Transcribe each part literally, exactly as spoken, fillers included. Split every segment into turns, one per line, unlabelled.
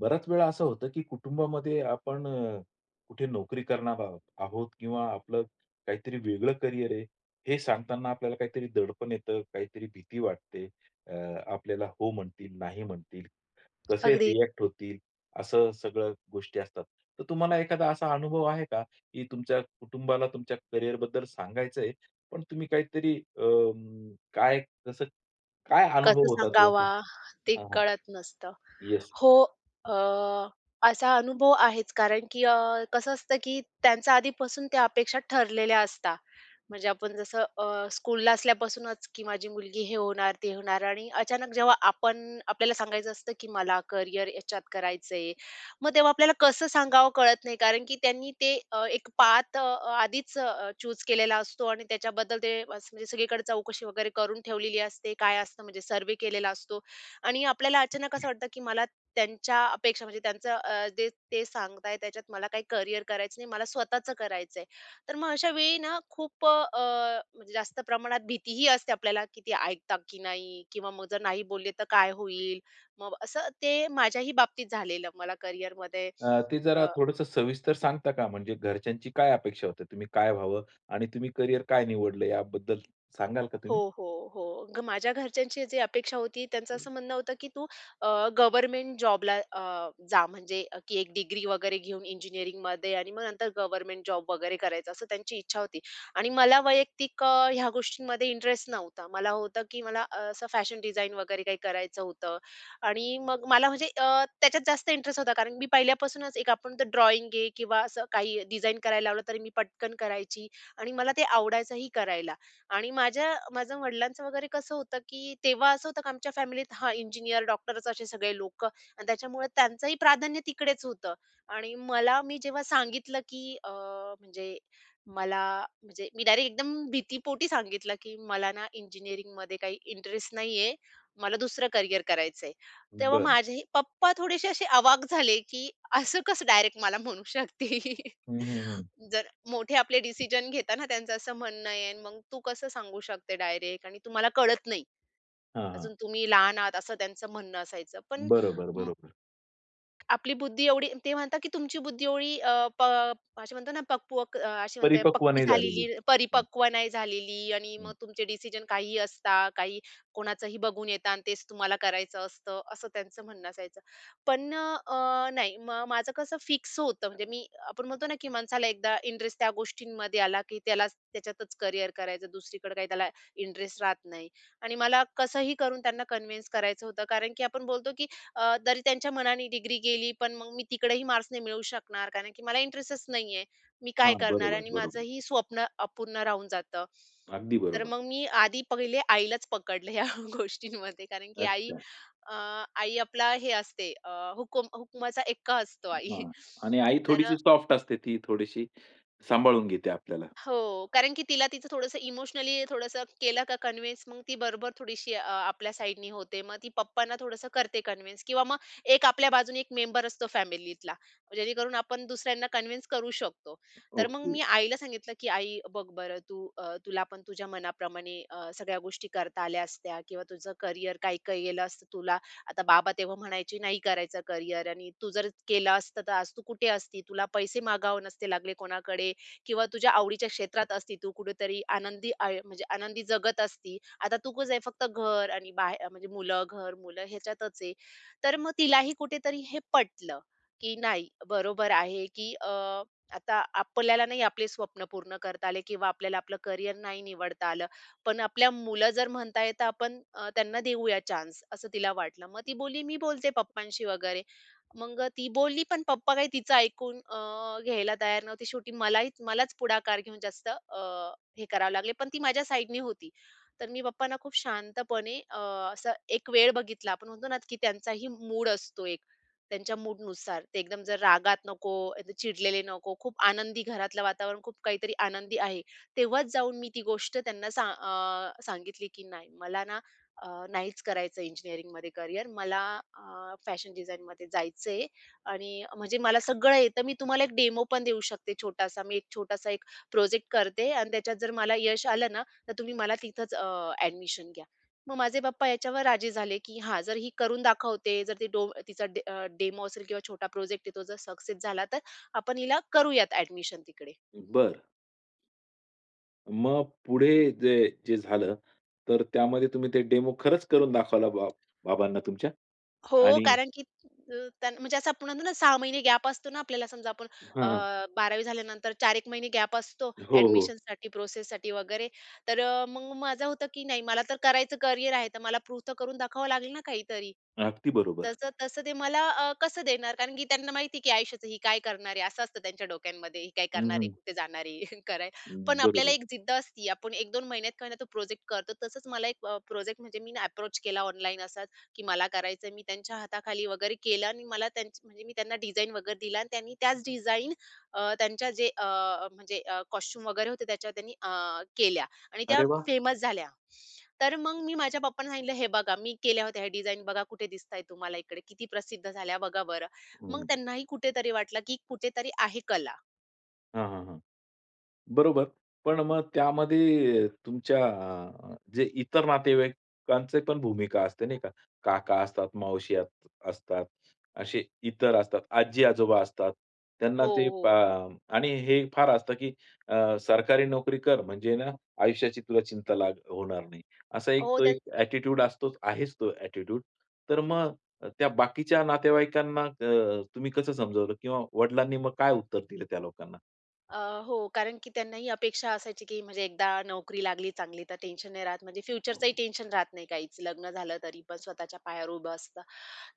बराच वेळा असं होतं, की कुटुंबामध्ये आपण अ, कुठे नोकरी करणार आहोत आहोत किंवा आपलं काहीतरी वेगळं करियर आहे, हे सांगताना आपल्याला काहीतरी दडपण येतं, काहीतरी भीती वाटते. अ, आपल्याला हो म्हणतील, नाही म्हणतील, कसे
अगदी
रिएक्ट होतील, असं सगळं गोष्टी असतात. तर तुम्हाला एखादा असा अनुभव आहे का, की तुमच्या कुटुंबाला तुमच्या करिअरबद्दल सांगायचंय, पण तुम्ही काहीतरी अ, काय कसं काय अनुभव
कसं
होता तो असा?
सांगावा ते
हां, हां.
कळत नसतं.
Yes.
हो. अ, असा अनुभव आहेच कारण की अ, कसं असतं की त्यांचं आधीपासून त्या अपेक्षा ठरलेल्या असतात. म्हणजे आपण जसं अ, स्कूलला असल्यापासूनच की माझी मुलगी हे होणार, ते होणार आणि अचानक जेव्हा आपण आपल्याला सांगायचं असतं की मला करियर याच्यात करायचंय. मग तेव्हा आपल्याला कसं सांगावं कळत नाही कारण की त्यांनी ते अ, एक पाथ अ, आधीच चूज केलेला असतो आणि त्याच्याबद्दल ते असं म्हणजे सगळीकडे चौकशी वगैरे करून ठेवलेली असते. काय असतं म्हणजे सर्व्हे केलेला असतो आणि आपल्याला अचानक असं वाटतं की मला त्यांच्या अपेक्षा म्हणजे त्यांचं अ, जे ते सांगताय त्याच्यात मला काही करियर करायचं नाही, मला स्वतःचं करायचंय. तर मग अशा वेळी ना खूप अ, म्हणजे जास्त प्रमाणात भीतीही असते आपल्याला, की ते ऐकतात की नाही? किंवा मग जर नाही बोलले तर काय होईल? मग असं ते माझ्याही बाबतीत झालेलं मला करियरमध्ये.
अ, ते जरा थोडंसं सविस्तर सांगता का? म्हणजे घरच्यांची काय अपेक्षा होती? तुम्ही काय व्हावं आणि तुम्ही करियर काय निवडलं याबद्दल सांगाल का
हो,
तुम्ही?
हो, हो. ग माझ्या घरच्यांची जी अपेक्षा होती, त्यांचं असं म्हणणं होतं, की "तू अ, गव्हर्नमेंट जॉबला जा म्हणजे अ, की एक डिग्री वगैरे घेऊन इंजिनिअरिंगमध्ये आणि मग नंतर गव्हर्नमेंट जॉब वगैरे करायचा." असं त्यांची इच्छा होती. आणि मला वैयक्तिक अ, ह्या गोष्टींमध्ये इंटरेस्ट नव्हता. मला होतं, की मला अ, असं फॅशन डिझाइन वगैरे काही करायचं होतं. आणि मग मला म्हणजे अ, त्याच्यात जास्त इंटरेस्ट होता. कारण मी पहिल्यापासूनच एक आपण तर ड्रॉइंग आहे किंवा असं काही डिझाइन करायला लावलं, तरी मी पटकन करायची आणि मला ते आवडायचंही करायला. आणि माझ्या माझ्या वडिलांचं वगैरे कसं होतं, की तेव्हा असं होतं, की आमच्या फॅमिलीत हां, इंजिनिअर, डॉक्टरच असे सगळे लोकं आणि त्याच्यामुळे त्यांचंही प्राधान्य तिकडेच होतं. आणि मला मी जेव्हा सांगितलं, की अ, म्हणजे मला म्हणजे मी डायरेक्ट एकदम भीतीपोटी सांगितलं, की मला ना इंजिनिअरिंगमध्ये काही इंटरेस्ट नाहीये. मला दुसरं करियर करायचंय. तेव्हा
बरं.
माझे पप्पा थोडेसे असे अवाक झाले, की असं कसं डायरेक्ट मला म्हणू शकते?
हं, हं, हं.
जर मोठे आपले डिसिजन घेताना त्यांचं असं म्हणणं आहे आणि मग तू कसं सांगू शकते डायरेक्ट आणि तुम्हाला कळत नाही.
हां, हां.
अजून तुम्ही लहान आहात असं त्यांचं म्हणणं असायचं. पण
बरोबर, बरोबर.
आपली बुद्धी एवढी ते म्हणतात की तुमची बुद्धी एवढी अ, प अशी म्हणतो ना पक्वक अ, अशी म्हणते
परिपक्व
पक्की
नाही झालेली.
झालेली,
हं,
परिपक्व नाही झालेली आणि मग
हं.
तुमचे डिसिजन काहीही असता, काही कोणाचंही बघून येता आणि तेच तुम्हाला करायचं असतं, असं त्यांचं म्हणणं असायचं. पण अ, नाही मग माझं कसं फिक्स होतं म्हणजे मी आपण म्हणतो ना की माणसाला एकदा इंटरेस्ट त्या गोष्टींमध्ये आला की त्याला त्याच्यातच करियर करायचं, दुसरीकडे काही त्याला इंटरेस्ट राहत नाही आणि मला कसंही करून त्यांना कन्व्हिन्स करायचं होतं. कारण की आपण बोलतो की अ, तरी त्यांच्या मनाने डिग्री गेली, पण मग मी तिकडेही मार्क्स नाही मिळवू शकणार, कारण की मला इंटरेस्टच नाहीये. मी काय
हां,
करणार?
बरोबर,
आणि
बरोबर.
माझंही स्वप्न अपूर्ण राहून जातं.
अगदी
तर
बरोबर.
मग मी आधी पहिले आईलाच पकडलं ह्या गोष्टींमध्ये, कारण की आई,
अच्छा.
अ, आई आपला हे असते अ, हुकूम हुकुमाचा एक्का असतो आई.
हां. आणि आई
तर
थोडीशी सॉफ्ट असते. ती थोडीशी सांभाळून घेते आपल्याला.
हो, कारण की तिला तिचं थोडंसं इमोशनली थोडंसं केलं का कन्विन्स, मग ती बरोबर थोडीशी अ, आपल्या साइडनी होते. मग ती पप्पांना थोडंसं करते कन्विन्स किंवा मग एक आपल्या बाजूने एक मेंबर असतो फॅमिलीतला, जेणेकरून आपण दुसऱ्यांना कन्विन्स करू शकतो. तर मग
ओके.
मी आईला सांगितलं, की "आई बघ बरं, तू अ, तुला पण तुझ्या मनाप्रमाणे अ, सगळ्या गोष्टी करता आल्या असत्या किंवा तुझं करियर काय काय गेलं असतं तुला. आता बाबा तेव्हा म्हणायचे नाही करायचं करियर आणि तू जर केलं असतं तर आज तू कुठे असती? तुला पैसे मागावे नसते लागले कोणाकडे. किंवा तुझ्या आवडीच्या क्षेत्रात असती तू कुठेतरी आनंदी आय म्हणजे आनंदी जगत असती. आता तू कसं आहे फक्त घर आणि बाहेर म्हणजे मुलं, घर, मुलं ह्याच्यातच आहे. तर मग तिलाही कुठेतरी हे पटलं, की नाही बरोबर आहे, की अ, आता आपल्याला नाही आपले स्वप्न पूर्ण करता आले किंवा आपल्याला आपलं करियर नाही निवडता आलं. पण आपल्या मुलं जर म्हणताय तर आपण अ, त्यांना देऊया चान्स असं तिला वाटलं. मग ती बोलली, "मी बोलते पप्पांशी वगैरे." मग ती बोलली पण पप्पा काही तिचं ऐकून अ, घ्यायला तयार नव्हते. शेवटी मलाही मलाच पुढाकार घेऊन जास्त अ, हे करावे लागले. पण ती माझ्या साइडनी होती. तर मी पप्पांना खूप शांतपणे अ, असं एक वेळ बघितला. आपण म्हणतो ना, की त्यांचाही मूड असतो एक. त्यांच्या मूडनुसार. ते एकदम जर रागात नको, एकदम चिडलेले नको, खूप आनंदी घरातलं वातावरण खूप काहीतरी आनंदी आहे. तेव्हाच जाऊन मी ती गोष्ट त्यांना सा अ, सांगितली, की "नाही मला ना अ, नाहीच करायचं इंजिनिअरिंगमध्ये करियर. मला अ, फॅशन डिझाइनमध्ये जायचंय आणि म्हणजे मला सगळं येतं. मी तुम्हाला एक डेमो पण देऊ शकते छोटासा. मी एक छोटासा एक प्रोजेक्ट करते आणि त्याच्यात जर मला यश आलं ना, तर तुम्ही मला तिथंच अ, ॲडमिशन घ्या. मग माझे पप्पा याच्यावर राजी झाले, की हां, जर ही करून दाखवते, जर ती डो तिचा डेमो असेल किंवा छोटा प्रोजेक्ट आहे तो जर सक्सेस झाला, तर आपण हिला करूयात ॲडमिशन तिकडे.
बरं. मग पुढे जे जे झालं, तर त्यामध्ये तुम्ही ते डेमो खरंच करून दाखवला बा बाबांना तुमच्या?
हो,
आणि
कारण की अ, त्यान म्हणजे असं आपण म्हणतो ना सहा महिने गॅप असतो ना आपल्याला समजा आपण अ,
हां,
बारावी झाल्यानंतर चार एक महिने गॅप असतो
हो, हो.
ॲडमिशनसाठी, प्रोसेससाठी वगैरे. तर अ, मग माझं होतं की नाही मला तर करायचं करियर आहे, तर मला प्रूव्ह तर करून दाखवावं लागेल ना काहीतरी.
अगदी बरोबर.
तसं तसं ते मला अ, कसं देणार? कारण की त्यांना माहिती आहे, की आयुष्याचं ही काय करणार आहे, असं असतं त्यांच्या डोक्यांमध्ये. ही काय
हं,
करणार आहे,
हं.
कुठे जाणार आहे, कराय पण आपल्याला
बरोबर.
एक जिद्द असती. आपण एक-दोन महिन्यात का होईना तो प्रोजेक्ट करतो. तसंच मला एक प्रोजेक्ट म्हणजे मी ना अप्रोच केला ऑनलाईन असाच, की मला करायचं मी त्यांच्या हाताखाली वगैरे केलं आणि मला त्यांची म्हणजे मी त्यांना डिझाइन वगैरे दिला आणि त्यांनी त्याच डिझाइन त्यांच्या जे अ, म्हणजे अ, वगैरे होते त्याच्यावर त्यांनी अ, केल्या. आणि त्या
अरे वाह!
फेमस झाल्या. तर मग मी माझ्या पप्पांना सांगितलं, "हे बघा मी केल्या होत्या ह्या डिझाईन बघा कुठे दिसताय तुम्हाला इकडे, किती प्रसिद्ध झाल्या बघा बरं." मग
हं.
त्यांनाही कुठेतरी वाटलं, की कुठेतरी आहे कला.
हां, हां, हां. बरोबर. पण मग त्यामध्ये तुमच्या अ, जे इतर नातेवाईकांची पण भूमिका असते नाही का? काका असतात, मावशी अस असतात, असे इतर असतात, आजी-आजोबा असतात.
हो,
त्यांना ते पा
हो.
आणि हे फार असतं, की अ, सरकारी नोकरी कर म्हणजे ना आयुष्याची तुला चिंता लाग होणार नाही. असा एक
हो,
तो
त्यां
एक ॲटिट्यूड असतोच, आहेच तो ॲटिट्यूड. तर मग त्या बाकीच्या नातेवाईकांना अ, तुम्ही कसं समजावलं किंवा वडिलांनी मग काय उत्तर दिलं त्या लोकांना?
अ, हो, कारण की त्यांनाही अपेक्षा असायची, की म्हणजे एकदा नोकरी लागली चांगली तर टेन्शन नाही राहत. म्हणजे फ्युचरचंही टेन्शन राहत नाही काहीच. लग्न झालं तरी पण स्वतःच्या पायावर उभं असतं.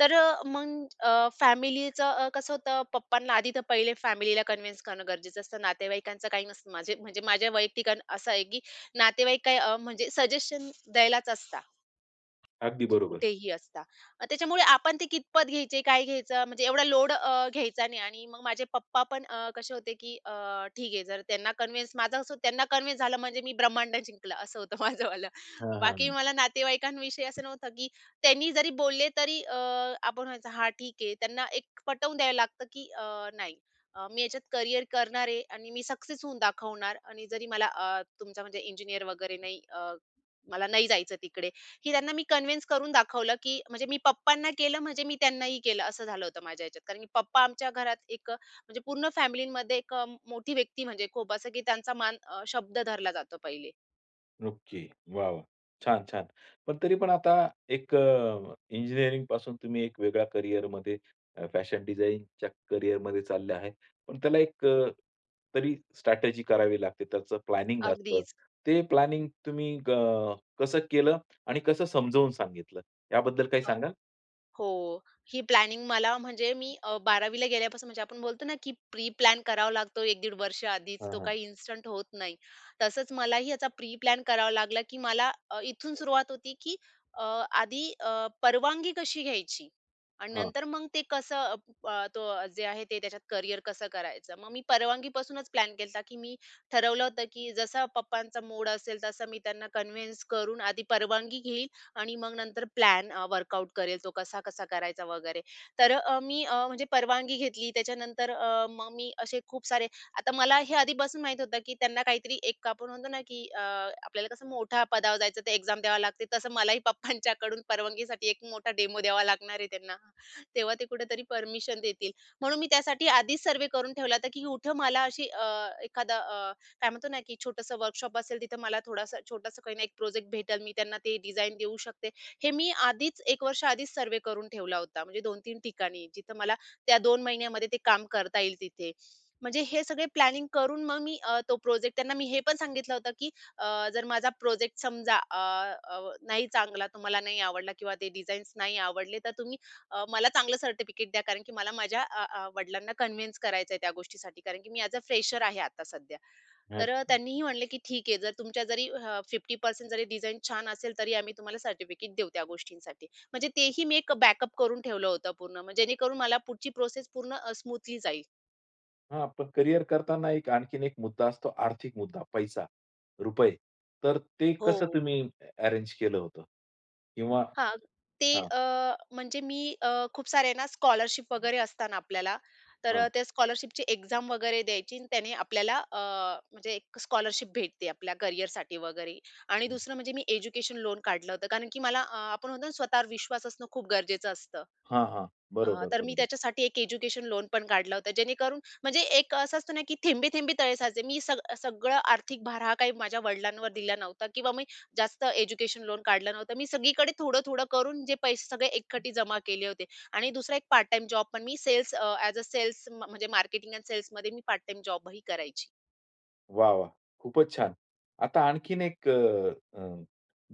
तर अ, मग अ, फॅमिलीचं अ, कसं होतं पप्पांना आधी तर पहिले फॅमिलीला कन्व्हिन्स करणं गरजेचं असतं. नातेवाईकांचं काही नसतं. माझे म्हणजे माझ्या वैयक्तिक अन असं आहे, की नातेवाईक काय अ, म्हणजे सजेशन द्यायलाच असतात.
अगदी
म्हणजे
बरोबर.
कुठेही असता. अ, त्याच्यामुळे आपण ते कितपत घ्यायचे, काय घ्यायचं म्हणजे एवढा लोड अ, घ्यायचा नाही आणि मग माझे पप्पा पण अ, कसे होते, की अ, ठीक आहे जर त्यांना कन्विन्स माझं असं त्यांना कन्विन्स झालं म्हणजे मी ब्रह्मांड जिंकलं असं होतं माझंवालं.
हां, हां,
बाकी मला नातेवाईकांविषयी असं नव्हतं, की त्यांनी जरी बोलले तरी अ, आपण म्हणायचं हां ठीक आहे. त्यांना एक पटवून द्यायला लागतं, की अ, नाही अ, मी याच्यात करियर करणार आहे आणि मी सक्सेस होऊन दाखवणार आणि जरी मला अ, तुमचा म्हणजे इंजिनिअर वगैरे नाही मला नाही जायचं तिकडे. की त्यांना मी कन्व्हिन्स करून दाखवलं, की म्हणजे मी पप्पांना केलं म्हणजे मी त्यांनाही केलं असं झालं होतं माझ्या ह्याच्यात. कारण की पप्पा आमच्या घरात एक अ, म्हणजे पूर्ण फॅमिलीमध्ये एक अ, मोठी व्यक्ती म्हणजे खूप असं की त्यांचा मान अ, शब्द धरला जातो पहिले.
ओके. वाह, वाह! छान, छान. पण तरी पण आता एक अ, इंजिनिअरिंगपासून तुम्ही एक वेगळ्या करिअरमध्ये अ, फॅशन डिझाइनच्या करिअरमध्ये चालले आहे. पण त्याला एक अ, तरी स्ट्रॅटेजी करावी लागते. त्याचं प्लॅनिंग असतं.
अगदीच.
ते प्लॅनिंग तुम्ही अ, कसं केलं आणि कसं समजावून सांगितलं? याबद्दल काही सांगाल?
हो. ही प्लॅनिंग मला म्हणजे मी अ, बारावी ला गेल्यापासून म्हणजे आपण बोलतो ना, की प्री प्लॅन करावा लागतो एक पंधरा वर्ष आधीच.
हां,
तो
हां.
काही इन्स्टंट होत नाही. तसंच मलाही याचा प्री प्लॅन करावा लागला, की मला अ, इथून सुरुवात होती, की अ, आधी अ, परवानगी कशी घ्यायची आणि नंतर मग ते कसं अ, प- अ, तो जे आहे ते त्याच्यात करियर कसं करायचं. मग मी परवानगीपासूनच प्लॅन केलता, की मी ठरवलं होतं, की जसा पप्पांचा मूड असेल तसं मी त्यांना कन्व्हिन्स करून आधी परवानगी घेईल आणि मग नंतर प्लॅन अ, वर्कआउट करेल तो कसा-कसा करायचा वगैरे. तर अ, मी अ, म्हणजे परवानगी घेतली त्याच्यानंतर अ, मग मी असे खूप सारे आता मला हे आधीपासून माहीत होतं, की त्यांना काहीतरी एक आपण म्हणतो ना, की अ, आपल्याला कसं मोठ्या पदावर जायचं ते एक्झाम द्यावी लागते, तसं मलाही पप्पांच्याकडून परवानगीसाठी एक मोठा डेमो द्यावा लागणार आहे त्यांना. तेव्हा ते कुठेतरी परमिशन देतील. म्हणून मी त्यासाठी आधीच सर्व्हे करून ठेवला होता, की कुठं मला अशी अ, एखादा काय म्हणतो ना, की छोटंसं वर्कशॉप असेल तिथं मला थोडासा छोटासा काही ना एक प्रोजेक्ट भेटेल, मी त्यांना ते डिझाइन देऊ शकते. हे मी आधीच एक वर्ष आधीच सर्व्हे करून ठेवला होता. म्हणजे दोन-तीन ठिकाणी जिथं मला त्या दोन महिन्यामध्ये ते काम करता येईल तिथे. म्हणजे हे सगळे प्लॅनिंग करून मग मी अ, तो प्रोजेक्ट त्यांना मी हे पण सांगितलं होतं, की अ, जर माझा प्रोजेक्ट समजा अ, अ, नाही चांगला, तुम्हाला नाही आवडला किंवा ते डिझाईन्स नाही आवडले, तर तुम्ही अ, मला चांगलं सर्टिफिकेट द्या कारण की मला माझ्या अ, अ, वडिलांना कन्व्हिन्स करायचं आहे त्या गोष्टीसाठी कारण की मी ॲज अ फ्रेशर आहे आता सध्या.
हां.
तर अ, त्यांनीही म्हणले, की "ठीक आहे, जर तुमच्या जरी अ, पन्नास टक्के जरी डिझाईन छान असेल, तरी आम्ही तुम्हाला सर्टिफिकेट देऊ त्या गोष्टींसाठी." म्हणजे तेही मी एक बॅकअप करून ठेवलं होतं पूर्ण, मग जेणेकरून मला पुढची प्रोसेस पूर्ण अ, स्मूथली जाईल.
हां, पण करिअर करताना एक आणखीन एक मुद्दा असतो आर्थिक मुद्दा, पैसा, रुपये. तर ते
हो.
कसं तुम्ही अरेंज केलं होतं? किंवा
हां, ते
हां,
अ, म्हणजे मी अ, खूप सारे ना स्कॉलरशिप वगैरे असतात ना आपल्याला, तर
हां,
अ, त्या स्कॉलरशिपची एक्झाम वगैरे द्यायची आणि त्याने आपल्याला अ, म्हणजे एक स्कॉलरशिप भेटते आपल्या करिअरसाठी वगैरे. आणि दुसरं म्हणजे मी एज्युकेशन लोन काढलं होतं, कारण की मला अ, आपण म्हणतो ना स्वतःवर विश्वास असणं खूप गरजेचं असतं.
हां, हां,
अ,
बरोबर,
तर मी
बरोबर.
त्याच्यासाठी एक एज्युकेशन लोन पण काढलं होतं, जेणेकरून म्हणजे एक असं असतं ना, की थेंबे-थेंबे तळे साचे. मी सग सगळं आर्थिक भार हा काही माझ्या वडिलांवर दिला नव्हता किंवा मी जास्त एज्युकेशन लोन काढलं नव्हतं. मी सगळीकडे थोडं-थोडं करून जे पैसे सगळे एकखट्टी जमा केले होते आणि दुसरा एक पार्ट टाईम जॉब पण मी sales uh, as a sales म्हणजे मार्केटिंग एंड सेल्समध्ये मी पार्ट टाईम जॉबही करायची.
वाह, वाह! खूपच छान. आता आणखीन एक अ, अ,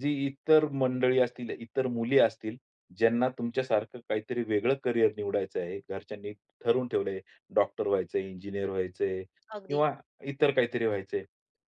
जी इतर मंडळी असतील, इतर मुली असतील, ज्यांना तुमच्यासारखं काहीतरी वेगळं करियर निवडायचं आहे, घरच्यांनी ठरवून ठेवलंय, डॉक्टर व्हायचंय, इंजिनिअर व्हायचंय
अगदी.
किंवा इतर काहीतरी व्हायचंय.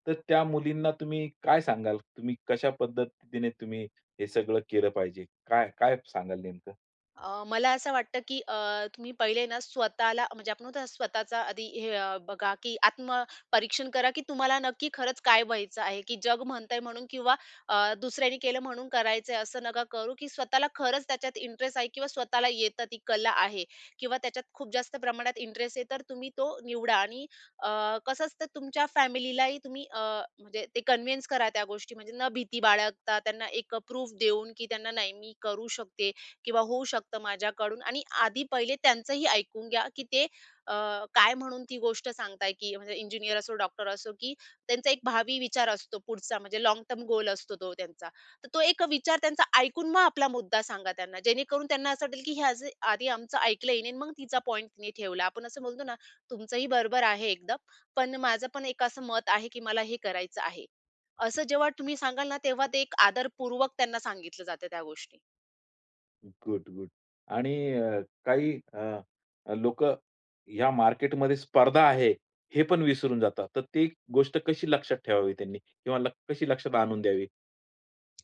तर त्या मुलींना तुम्ही काय सांगाल? तुम्ही कशा पद्धतीने तुम्ही हे सगळं केलं पाहिजे? काय, काय सांगाल नेमकं?
अ, मला असं वाटतं, की अ, तुम्ही पहिले ना स्वतःला म्हणजे आपण म्हणतो ना स्वतःचा आधी हे अ, बघा, की आत्मपरीक्षण करा, की तुम्हाला नक्की खरंच काय व्हायचं आहे, की जग म्हणतंय म्हणून किंवा अ, दुसऱ्याने केलं म्हणून करायचंय असं नका करू, की स्वतःला खरंच त्याच्यात इंटरेस्ट आहे किंवा स्वतःला येतं ती कला आहे किंवा त्याच्यात खूप जास्त प्रमाणात इंटरेस्ट आहे, तर तुम्ही तो निवडा आणि अ, कसं असतं तुमच्या फॅमिलीलाही तुम्ही अ, म्हणजे ते कन्व्हिन्स करा त्या गोष्टी म्हणजे न भीती बाळगता त्यांना एक प्रूफ देऊन, की त्यांना नाही मी करू शकते. किंवा होऊ शकतं माझ्याकडून आणि आधी पहिले त्यांचंही ऐकून घ्या, की ते अ, काय म्हणून ती गोष्ट सांगताय, की म्हणजे इंजिनिअर असो, डॉक्टर असो, की त्यांचा एक भावी विचार असतो पुढचा म्हणजे लॉंग टर्म गोल असतो तो त्यांचा. तर तो एक विचार त्यांचा ऐकून मग आपला मुद्दा सांगा त्यांना. जेणेकरून त्यांना असं वाटेल, की ह्याचं आधी आमचं ऐकलं हिने मग तिचा पॉइंट तिने ठेवला. आपण असं बोलतो ना, तुमचंही बरोबर आहे एकदम, पण माझं पण एक असं मत आहे, की मला हे करायचं आहे. असं जेव्हा तुम्ही सांगाल ना, तेव्हा ते एक आदरपूर्वक त्यांना सांगितलं जातं त्या गोष्टी.
Good, good. आणि अ, काही अ, लोकं या मार्केटमध्ये स्पर्धा आहे, हे पण विसरून जातात. तर ती गोष्ट कशी लक्षात ठेवावी त्यांनी किंवा लक कशी लक्षात आणून द्यावी?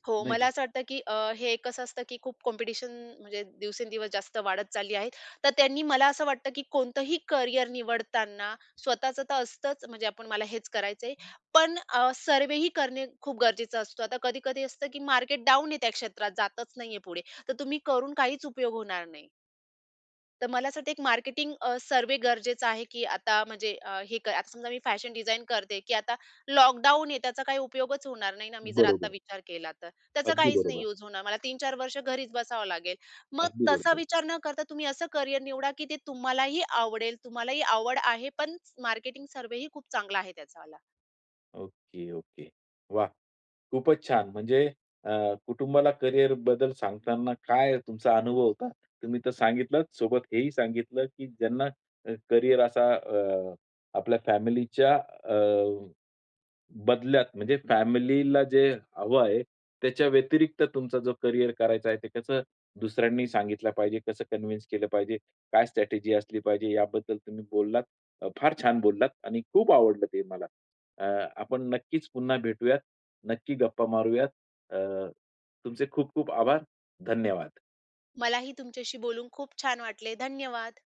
हो,
नाही का?
मला असं वाटतं, की अ, हे कसं असतं, की खूप कॉम्पिटिशन म्हणजे दिवसेंदिवस जास्त वाढत चालली आहे. तर त्यांनी मला असं वाटतं, की कोणतंही करियर निवडताना स्वतःचं तर असतंच, म्हणजे आपण मला हेच करायचंय. पण अ, सर्वेही करणे खूप गरजेचं असतं. आता कधी-कधी असतं, की मार्केट डाऊन आहे त्या क्षेत्रात, जातच नाहीये पुढे. तर तुम्ही करून काहीच उपयोग होणार नाही. तर मला असं वाटतं एक मार्केटिंग सर्वे सर्व्हे गरजेचं आहे, की आता म्हणजे अ, हे कर आता समजा मी फॅशन डिझाइन करते, की आता लॉकडाऊन आहे त्याचा काही उपयोगच होणार नाही ना, मी जर आता
बरोबर.
विचार केला तर. त्याचा
अगदी
काहीच नाही
बरोबर.
यूज होणार. मला तीन चार वर्ष घरीच बसावं लागेल. मग
अगदी
तसा
बरोबर.
विचार न करता तुम्ही असं करियर निवडा, की ते तुम्हालाही आवडेल, तुम्हालाही आवड आहे, पण मार्केटिंग सर्व्हेही खूप चांगला आहे त्याचावाला.
Okay, okay. वाह! खूपच छान. म्हणजे अ, कुटुंबाला करिअरबद्दल सांगताना काय तुमचा अनुभव होता? तुम्ही तर सांगितलंच, सोबत हेही सांगितलं, की ज्यांना अ, करिअर असा अ, आपल्या फॅमिलीच्या अ, बदल्यात म्हणजे फॅमिलीला जे हवं आहे, त्याच्या व्यतिरिक्त तुमचा जो करिअर करायचा आहे, ते कसं दुसऱ्यांनी सांगितलं पाहिजे, कसं कन्विन्स केलं पाहिजे, काय स्ट्रॅटेजी असली पाहिजे, याबद्दल तुम्ही बोललात. अ, फार छान बोललात आणि खूप आवडलं ते मला. अ, आपण नक्कीच पुन्हा भेटूयात. नक्की गप्पा मारूयात. अ, तुमचे खूप खूप आभार. धन्यवाद.
मलाही तुमच्याशी बोलून खूप छान वाटले. धन्यवाद.